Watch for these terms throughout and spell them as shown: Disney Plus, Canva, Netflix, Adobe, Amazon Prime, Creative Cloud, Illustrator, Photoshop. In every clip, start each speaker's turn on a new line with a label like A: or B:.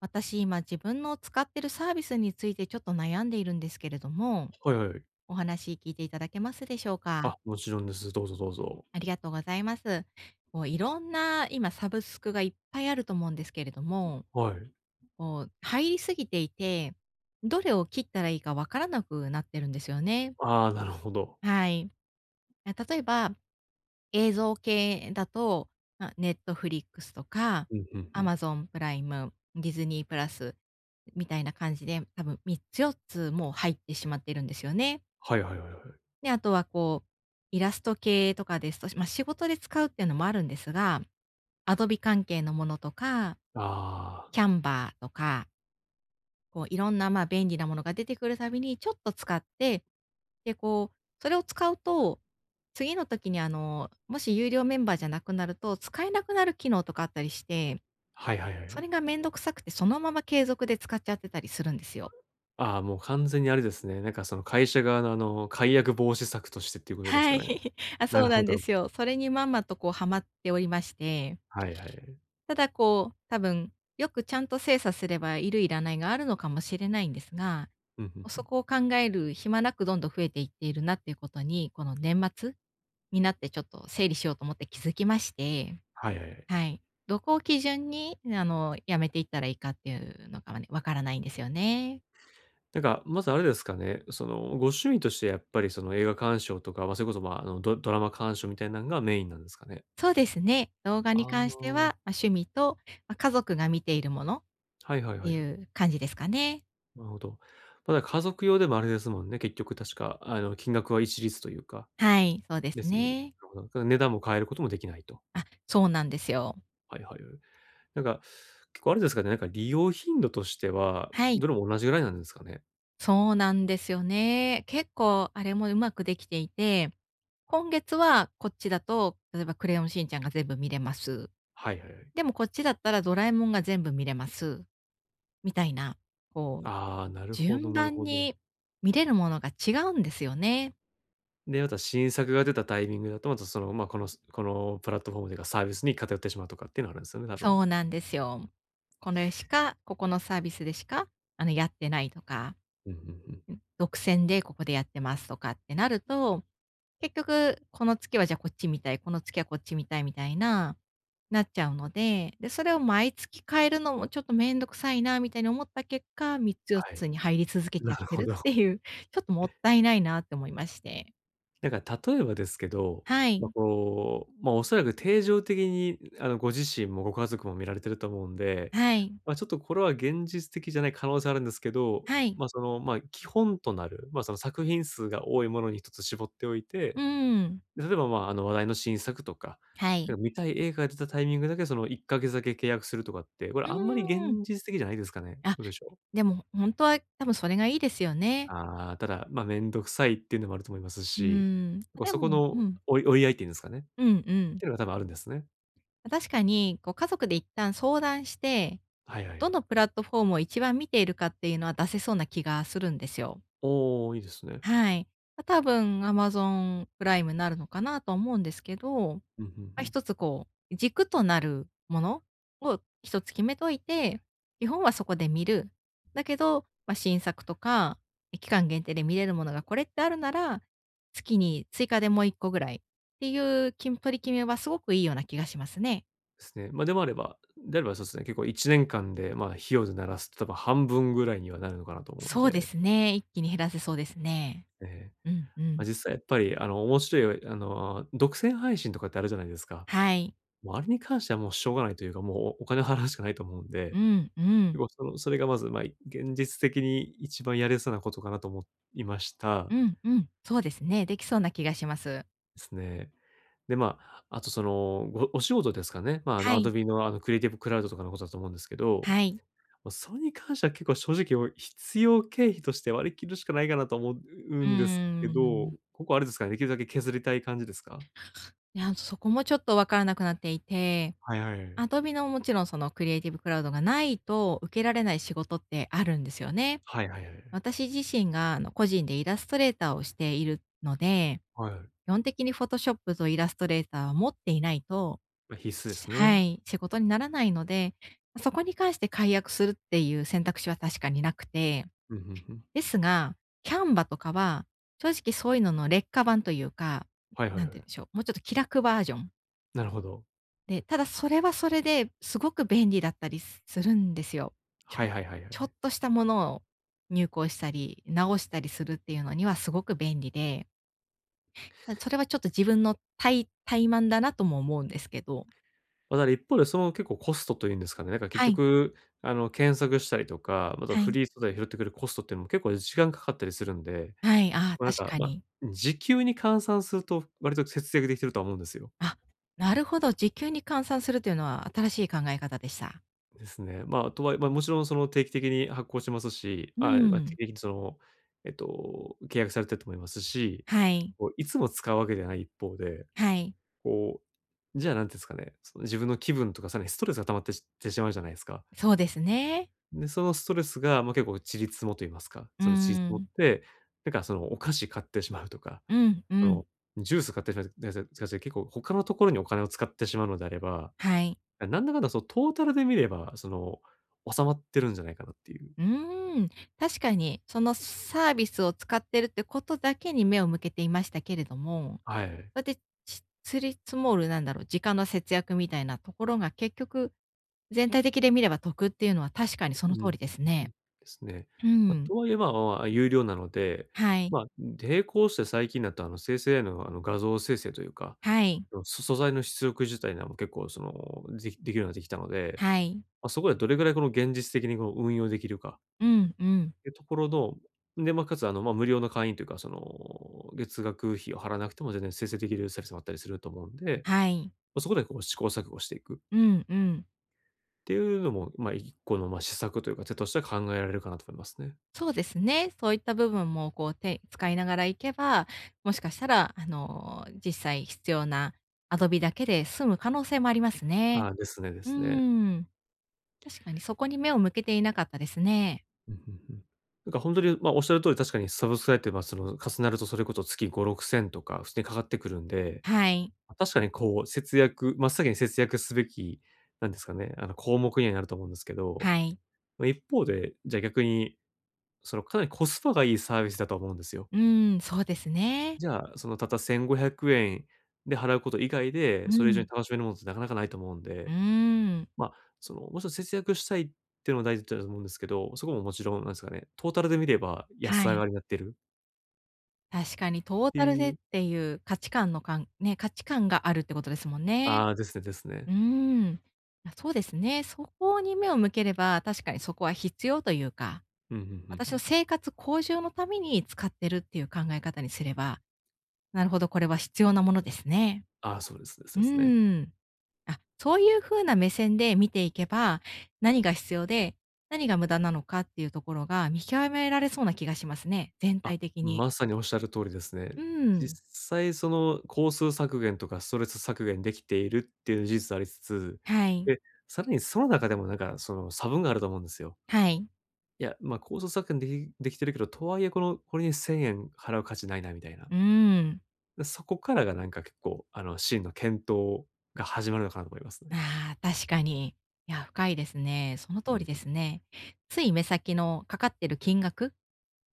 A: 私今自分の使ってるサービスについてちょっと悩んでいるんですけれども、
B: はいはい。
A: お話聞いていただけますでしょうか？
B: あ、もちろんです。どうぞどうぞ。
A: ありがとうございます。こういろんな今サブスクがいっぱいあると思うんですけれども、
B: はい。
A: こう入りすぎていて、どれを切ったらいいかわからなくなってるんですよね。
B: ああ、なるほど。
A: はい。例えば映像系だと、まあ、ネットフリックスとか、
B: うんうんう
A: ア
B: ん。
A: マゾンプライム、ディズニープラスみたいな感じで、多分3つ4つもう入ってしまってるんですよね。
B: はいはいはいはい。
A: で、あとはこう、イラスト系とかですと、まあ、仕事で使うっていうのもあるんですが、アドビ関係のものとか、
B: ああ、
A: キャンバーとか、こういろんな、ま、便利なものが出てくるたびにちょっと使ってで、こう、それを使うと、次の時にもし有料メンバーじゃなくなると、使えなくなる機能とかあったりして、
B: はいはいはいは
A: そ
B: い。
A: れがめんどくさくて、そのまま継続で使っちゃってたりするんですよ。
B: ああ、もう完全にあれですね。なんかその会社側の解約防止策としてっていう ことですか
A: はい。
B: ね。
A: あ、
B: な
A: そう
B: る
A: な
B: ほ
A: んで
B: ど。
A: すよ。それにまんまとこうハマっておりまして、
B: はいはいはい。
A: ただこう、多分、よくちゃんと精査すればいるいらないがあるのかもしれないんですが、
B: うんうんう
A: そ
B: ん。
A: こを考える暇なくどんどん増えていっているなっていうことに、この年末になってちょっと整理しようと思って気づきまして。
B: はいはいはい。
A: はい。どこを基準に、やめていったらいいかっていうのがね、わからないんですよね。
B: なんか、まずあれですかね、その、ご趣味としてやっぱりその映画鑑賞とか、まあ、それこそ、まあ、ドラマ鑑賞みたいなのがメインなんですかね？
A: そうですね。動画に
B: あ
A: 関して
B: あ、
A: は、ま、趣味と、ま、家族が見ているものっ
B: はいはいは
A: て
B: い
A: い
B: はい。
A: う感じですかね。
B: なるほど。まだ家族用でもあれですもんね、結局確か、金額は一律というか、
A: はい、そうです
B: ですもんね。な
A: ね。
B: るほど。だから値段も変えることもできないと。
A: あ、そうなんですよ。
B: はいはいはい。なんか、結構あれですかね、なんか利用頻度としては、
A: はい、
B: どれも同じぐらいなんですかね。
A: そうなんですよね。結構あれもうまくできていて、今月はこっちだと、例えばクレヨンしんちゃんが全部見れます。
B: はいはいはい。
A: でもこっちだったらドラえもんが全部見れます。みたいな、こう
B: ああ、なるほど
A: 順
B: なる
A: 番
B: ほど。
A: に見れるものが違うんですよね。
B: で、また新作が出たタイミングだと、またその、まあ、このプラットフォームというかサービスに偏ってしまうとかっていうのがあるんですよね、多分。
A: そうなんですよ。これしか、ここのサービスでしか、やってないとか、
B: うんうんうん。
A: 独占でここでやってますとかってなると、結局この月はじゃあこっちみたい、この月はこっちみたいみたいな、なっちゃうので、で、それを毎月変えるのもちょっとめんどくさいなみたいに思った結果、3つ4
B: はい。
A: つに入り続け
B: な
A: ちゃっ
B: る
A: て
B: ほ
A: る
B: ど。
A: っていう、ちょっともったいないなって思いまして。
B: なんから例えばですけど、
A: は
B: ま
A: い、
B: あ、こう、まあ、おそらく定常的にご自身もご家族も見られてると思うんで、
A: はい、
B: まあ、ちょっとこれは現実的じゃない可能性あるんですけど、
A: はい。
B: まあ、その、まあ、基本となる、まあ、その作品数が多いものに一つ絞っておいて、
A: うーん。
B: で、例えば、まあ、話題の新作とか、
A: は
B: なん
A: い。
B: か見たい映画が出たタイミングだけその1か月だけ契約するとかって、これ
A: う
B: あんまり現
A: ーん。
B: 実的じゃないですかね？
A: あ、
B: どうでしょう？
A: でもほんとは多分それがいいですよね。
B: ああ、ただ、まあ、面倒くさいっていうのもあると思います
A: う
B: し、
A: ーん。で
B: そこ
A: も
B: の
A: うん。
B: 追い合いっていうんですかね。っ
A: うんうん。
B: ていうのが多分あるんですね。
A: ま確かに、こう家族で一旦相談して、
B: はいはいは
A: ど
B: い。
A: のプラットフォームを一番見ているかっていうのは出せそうな気がするんですよ。
B: おお、いいですね。
A: はい。ま、多分 Amazon プライムになるのかなと思うんですけど、ま
B: うん、うんう
A: あ、
B: ん。
A: 一つこう、軸となるものを一つ決めといて、基本はそこで見る。だけど、まあ、新作とか、期間限定で見れるものがこれってあるなら、月に追加でもう一個ぐらいっていうきん取り決めはすごくいいような気がしますね。
B: ですね。ま、でもあればであればそうですね、結構1年間で、まあ、費用でならすと多分半分ぐらいにはなるのかなと思うの
A: そうで
B: で、
A: すね、一気に減らせそうですね。
B: ええ、
A: うんう
B: ま
A: ん。
B: あ、実際やっぱり、面白い、独占配信とかってあるじゃないですか。
A: はい。
B: もうあれに関してはもうしょうがないというか、もうお金を払うしかないと思うんで、
A: うんう
B: 結
A: ん。
B: 構そのそれがまず、まあ、現実的に一番やれそうなことかなと思いました。
A: うんうん。そうですね、できそうな気がします。
B: ですね。で、まあ、あとその、お仕事ですかね。まあ、あ
A: は
B: の
A: い、
B: Adobe のあのクリエイティブクラウドとかのことだと思うんですけど、
A: はい。
B: ま、それに関しては結構正直必要経費として割り切るしかないかなと思うう
A: う
B: んです
A: ー
B: けど、
A: ん。
B: ここあれですかね、できるだけ削りたい感じですか？
A: いや、そこもちょっとわからなくなっていて、
B: はいはい。
A: Adobe のもちろんそのクリエイティブクラウドがないと受けられない仕事ってあるんですよね。
B: はいはいはいはい。
A: 私自身が個人でイラストレーターをしているので、
B: はい。
A: 基本的に Photoshop とイラストレーターは持っていないと
B: ま、必須です
A: は
B: ね。
A: い、仕事にならないので、そこに関して解約するっていう選択肢は確かになくて
B: うん、ふんふん。
A: ですが、キャンバとかは、正直そういうのの劣化版というか、
B: はいはい
A: なん
B: はい。
A: て言うんでしょう、もうちょっと気楽バージョン
B: なるほど。
A: で、ただそれはそれですごく便利だったりすするんですよ。ちょ
B: はいはいはいは
A: ちょ
B: い。
A: っとしたものを入稿したり、直したりするっていうのにはすごく便利で、それはちょっと自分の怠慢だなとも思うんですけど。
B: ま、だから一方でその結構コストというんですかね、なんか結
A: はい
B: 局、検索したりとか、また
A: は
B: フ
A: い。
B: リー素材拾ってくるコストっていうのも結構時間かかったりするんで
A: はい、ああ、
B: ま、なん
A: 確
B: か、
A: か
B: ま、
A: に。
B: 時給に換算すると割と節約できてるとは思うんですよ。
A: あ、なるほど、時給に換算するというのは新しい考え方でした。
B: ですね。まあ、とはいえ、ま、もちろんその定期的に発行しますし、
A: う
B: あ、ま、定期
A: ん。
B: 的にその、えっと、契約されてると思いますし、
A: はい、
B: こういつも使うわけではない一方で、
A: はい。
B: こう、じゃあ何て言うんですかね、その自分の気分とかさらにストレスが溜まってしてしまうじゃないですか。
A: そうですね。
B: で、そのストレスが、ま、結構ちりつもと言いますか、
A: う
B: そのちりつもっ
A: ん。
B: て、なんかそのお菓子買ってしまうとか
A: うんう
B: あの、
A: ん。
B: ジュース買ってしまうでかし 結構他のところにお金を使ってしまうのであれば、
A: はい。
B: なんだかんだそのトータルで見れば、その、収まってるんじゃないかなっていう。
A: うーん。確かに、そのサービスを使ってるってことだけに目を向けていましたけれども、
B: はい。
A: そうやって、積り積もる、なんだろう、時間の節約みたいなところが結局、全体的で見れば得っていうのは確かにそ
B: う
A: の
B: ん、う
A: 通
B: ん
A: りで
B: う
A: す
B: んう
A: ね。
B: ん。ですね。
A: う
B: ま、
A: ん。
B: とはいえ、まあまあまあ、有料なので、
A: はい。
B: まあ、並行して最近だとあの生成 AI のあの画像生成というか、
A: はい。
B: 素材の出力自体なも結構その、できるようになってきたので、
A: はい。
B: ま、そこでどれぐらいこの現実的にこの運用できるか。
A: うんうん。
B: いうところの、で、まあ、かつ、まあ、無料の会員というか、その、月額費を払わなくても全然生成できるサービスもあったりすると思うんで、
A: はい。
B: まあ、そこでこう試行錯誤していくっ
A: うんうん。
B: ていうのも、まあ、一個の、まあ、施策というか、手としては考えられるかなと思いますね。
A: そうですね。そういった部分もこう、使いながらいけば、もしかしたら、実際必要なアドビだけで済む可能性もあります
B: あ
A: ね。
B: あ、ですねで
A: うー
B: すね。
A: ん。確かにそこに目を向けていなかったですね。
B: うん、うんうん。なんか本当に、まあ、おっしゃる通り、確かにサブスクライブって、まあ、その、重なるとそれこそ月5、6千とか普通にかかってくるんで、
A: はい。
B: ま確かにこう節約真っ先に節約すべき、なんですかね、項目にはなると思うんですけど、
A: はい。
B: ま、一方で、じゃあ逆にその、かなりコスパがいいサービスだと思うんですよ。
A: うーん、そうですね。
B: じゃあ、その、たった1500で払うこと以外で、
A: う
B: それ以上に
A: ん。
B: 楽しめるものってなかなかないと思うん
A: うー
B: で、
A: ん。
B: まあ、その、もちろん節約したいっていうのも大事だと思うんですけど、そこももちろん、なんですかね、トータルで見れば
A: は
B: 安上
A: い。
B: がりになってる
A: 確かにト
B: っ
A: ー
B: て
A: タル
B: い
A: で
B: う
A: っていう価値観のかんね、価値観があるってことですもんね。
B: ああ、ですねですね。
A: うーん。あ、そうですね。そこに目を向ければ、確かにそこは必要というか
B: うん、うんうんう
A: 私の
B: ん。
A: 生活向上のために使ってるっていう考え方にすれば、なるほど、これは必要なものですね。
B: ああ、そうですです
A: う
B: ですね。
A: ーん。あ、そういう風な目線で見ていけば、何が必要で、何が無駄なのかっていうところが見極められそうな気がしますね、全
B: あ、
A: 体的に。
B: まさにおっしゃる通りですね。
A: うー
B: 実
A: ん。
B: 際その工数削減とかストレス削減できているっていう事実ありつつ、
A: はい。
B: で、さらにその中でもなんかその差分があると思うんですよ。
A: はい。
B: いや、まあ、工数削減できてるけど、とはいえこれに ¥1000 払う価値ないなみたいな。
A: うーん。
B: で、そこからがなんか結構、真の検討が始まるのかなと思いますね。
A: ああ、確かに。いや、深いですね。その
B: う
A: 通り
B: ん
A: ですね。つい目先のかかってる金額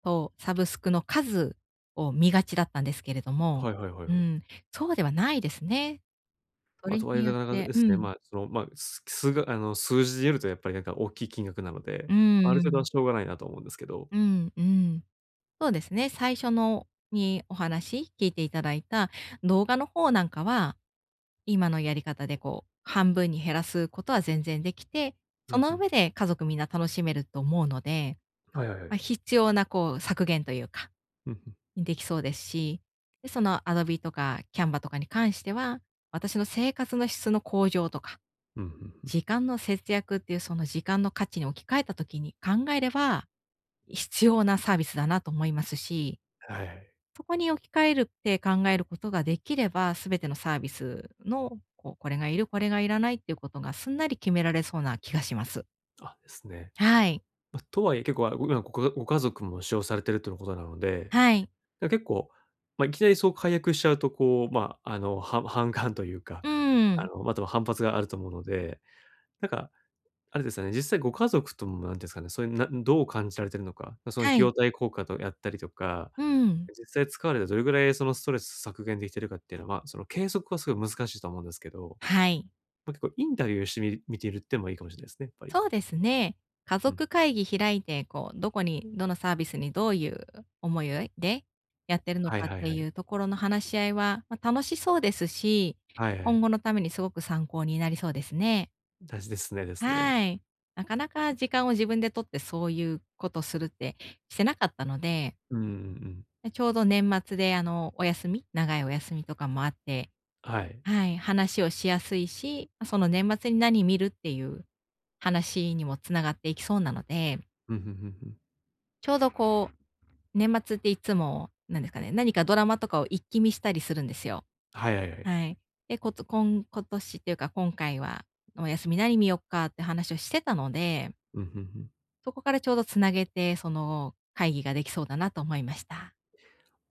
A: と、サブスクの数を見がちだったんですけれども、
B: はいはいはい
A: う
B: はい。
A: ん、そうではないですね。そ
B: まあ、
A: れ
B: とはいえ
A: に
B: な
A: よっ
B: かなか
A: て
B: で
A: う
B: すね、
A: ん、
B: まあ、その、まあ、数が数字で言えるとやっぱりなんか大きい金額なので、
A: う
B: まある程度は
A: ん、
B: しょうがないなと思うんですけど。
A: うん、うん。そうですね、最初のにお話聞いていただいた動画の方なんかは、今のやり方でこう、半分に減らすことは全然できて、
B: う
A: そ
B: んう
A: の
B: ん。
A: 上で家族みんな楽しめると思うので、
B: はいはいは
A: まあ、
B: い。
A: 必要なこう、削減というか
B: うんうん。
A: にできそうですし、で、その Adobe とか Canva とかに関しては、私の生活の質の向上とか、
B: うんうんうん。
A: 時間の節約っていうその時間の価値に置き換えたときに考えれば、必要なサービスだなと思いますし、
B: はい。
A: そこに置き換えるって考えることができれば、すべてのサービスの、こう、これがいる、これがいらないっていうことがすんなり決められそうな気がします。
B: あ、ですね。
A: はい。
B: ま、とはいえ結構、あ、ご今ごかご家族も使用されてるとのことなので、
A: はい。
B: だ結構、ま、いきなりそう解約しちゃうとこう、ま、は 反感というか、
A: うーん。
B: ま、たは反発があると思うので、なんか、あれですよね、実際ご家族とも何ていうんですかね、そういうなどう感じられてるのか、その費
A: はい。
B: 用対効果とやったりとか、
A: うーん。
B: 実際使われてどれぐらいそのストレス削減できてるかっていうのは、その計測はすごい難しいと思うんですけど
A: はい。
B: ま、結構インタビューして見てるってもいいかもしれないですね、やっぱり。
A: そうですね。家
B: うん。
A: 族会議開いて、こう、どこに、どのサービスにどういう思いでやってるの
B: はい
A: かっ
B: はい
A: て
B: は
A: い
B: い。
A: うところの話し合いは、まあ、楽しそうですし、
B: はいは
A: 今
B: い。
A: 後のためにすごく参考になりそうですね。
B: だしですねですね。
A: はい。なかなか時間を自分で取ってそういうことするって、してなかったので、
B: うんうんうん。
A: ちょうど年末でお休み長いお休みとかもあって、
B: はい。
A: はい、話をしやすいし、まその年末に何見るっていう話にもつながっていきそうなので
B: うん、ふんふんふん。
A: ちょうどこう、年末っていつも、なんですかね、何かドラマとかを一気見したりするんですよ。
B: はいはいはい。
A: はい。で、ことこん今年っていうか今回は、お休み何見よっかって話をしてたので、
B: うん、ふんふん。
A: そこからちょうどつなげて、その会議ができそうだなと思いました。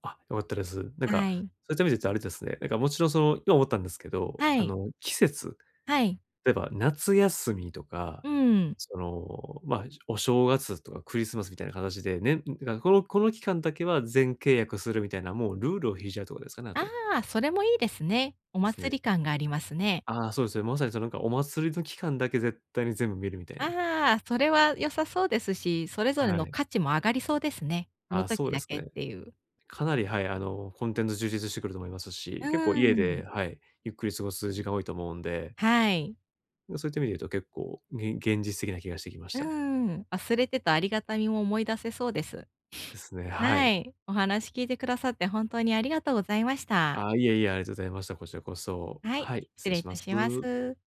B: あ、良かったです。なん
A: は
B: か、
A: い。
B: そういった意味で言うとあれですね、なんかもちろんその、今思ったんですけど、
A: はい。
B: 季節、
A: はい。
B: 例えば夏休みとか、
A: うん。
B: その、ま、お正月とかクリスマスみたいな形で、ねん、だからこの期間だけは全契約するみたいな、もうルールを引いちゃうとかですかね、あ
A: あ
B: と。
A: あ、それもいいですね。お
B: です
A: 祭
B: ね。
A: り感がありますね。
B: ああ、そうですね。まさにそのなんかお祭りの期間だけ絶対に全部見るみたいな。
A: ああ、それは良さそうですし、それぞれ
B: は
A: の
B: い。
A: 価値も上がりそうですね。その
B: あ、そ
A: 時
B: うで
A: だ
B: す
A: けっ
B: ね。
A: ていう。
B: かなり、はい、コンテンツ充実してくると思います
A: う
B: し、
A: ー
B: 結構家で、
A: ん。
B: はい、ゆっくり過ごす時間多いと思うんで、
A: はい。
B: そういった意味で言うと結構、現実的な気がしてきまし
A: うー
B: た。
A: ん、忘れてたありがたみも思い出せそうです。
B: ですね、は
A: は
B: い。
A: い。お話聞いてくださって本当にありがとうございました。
B: あ、いえいえ、ありがとうございました。こちらこそ。
A: はい、
B: はい、
A: 失
B: 失礼
A: 礼い
B: しま
A: た
B: す。
A: します。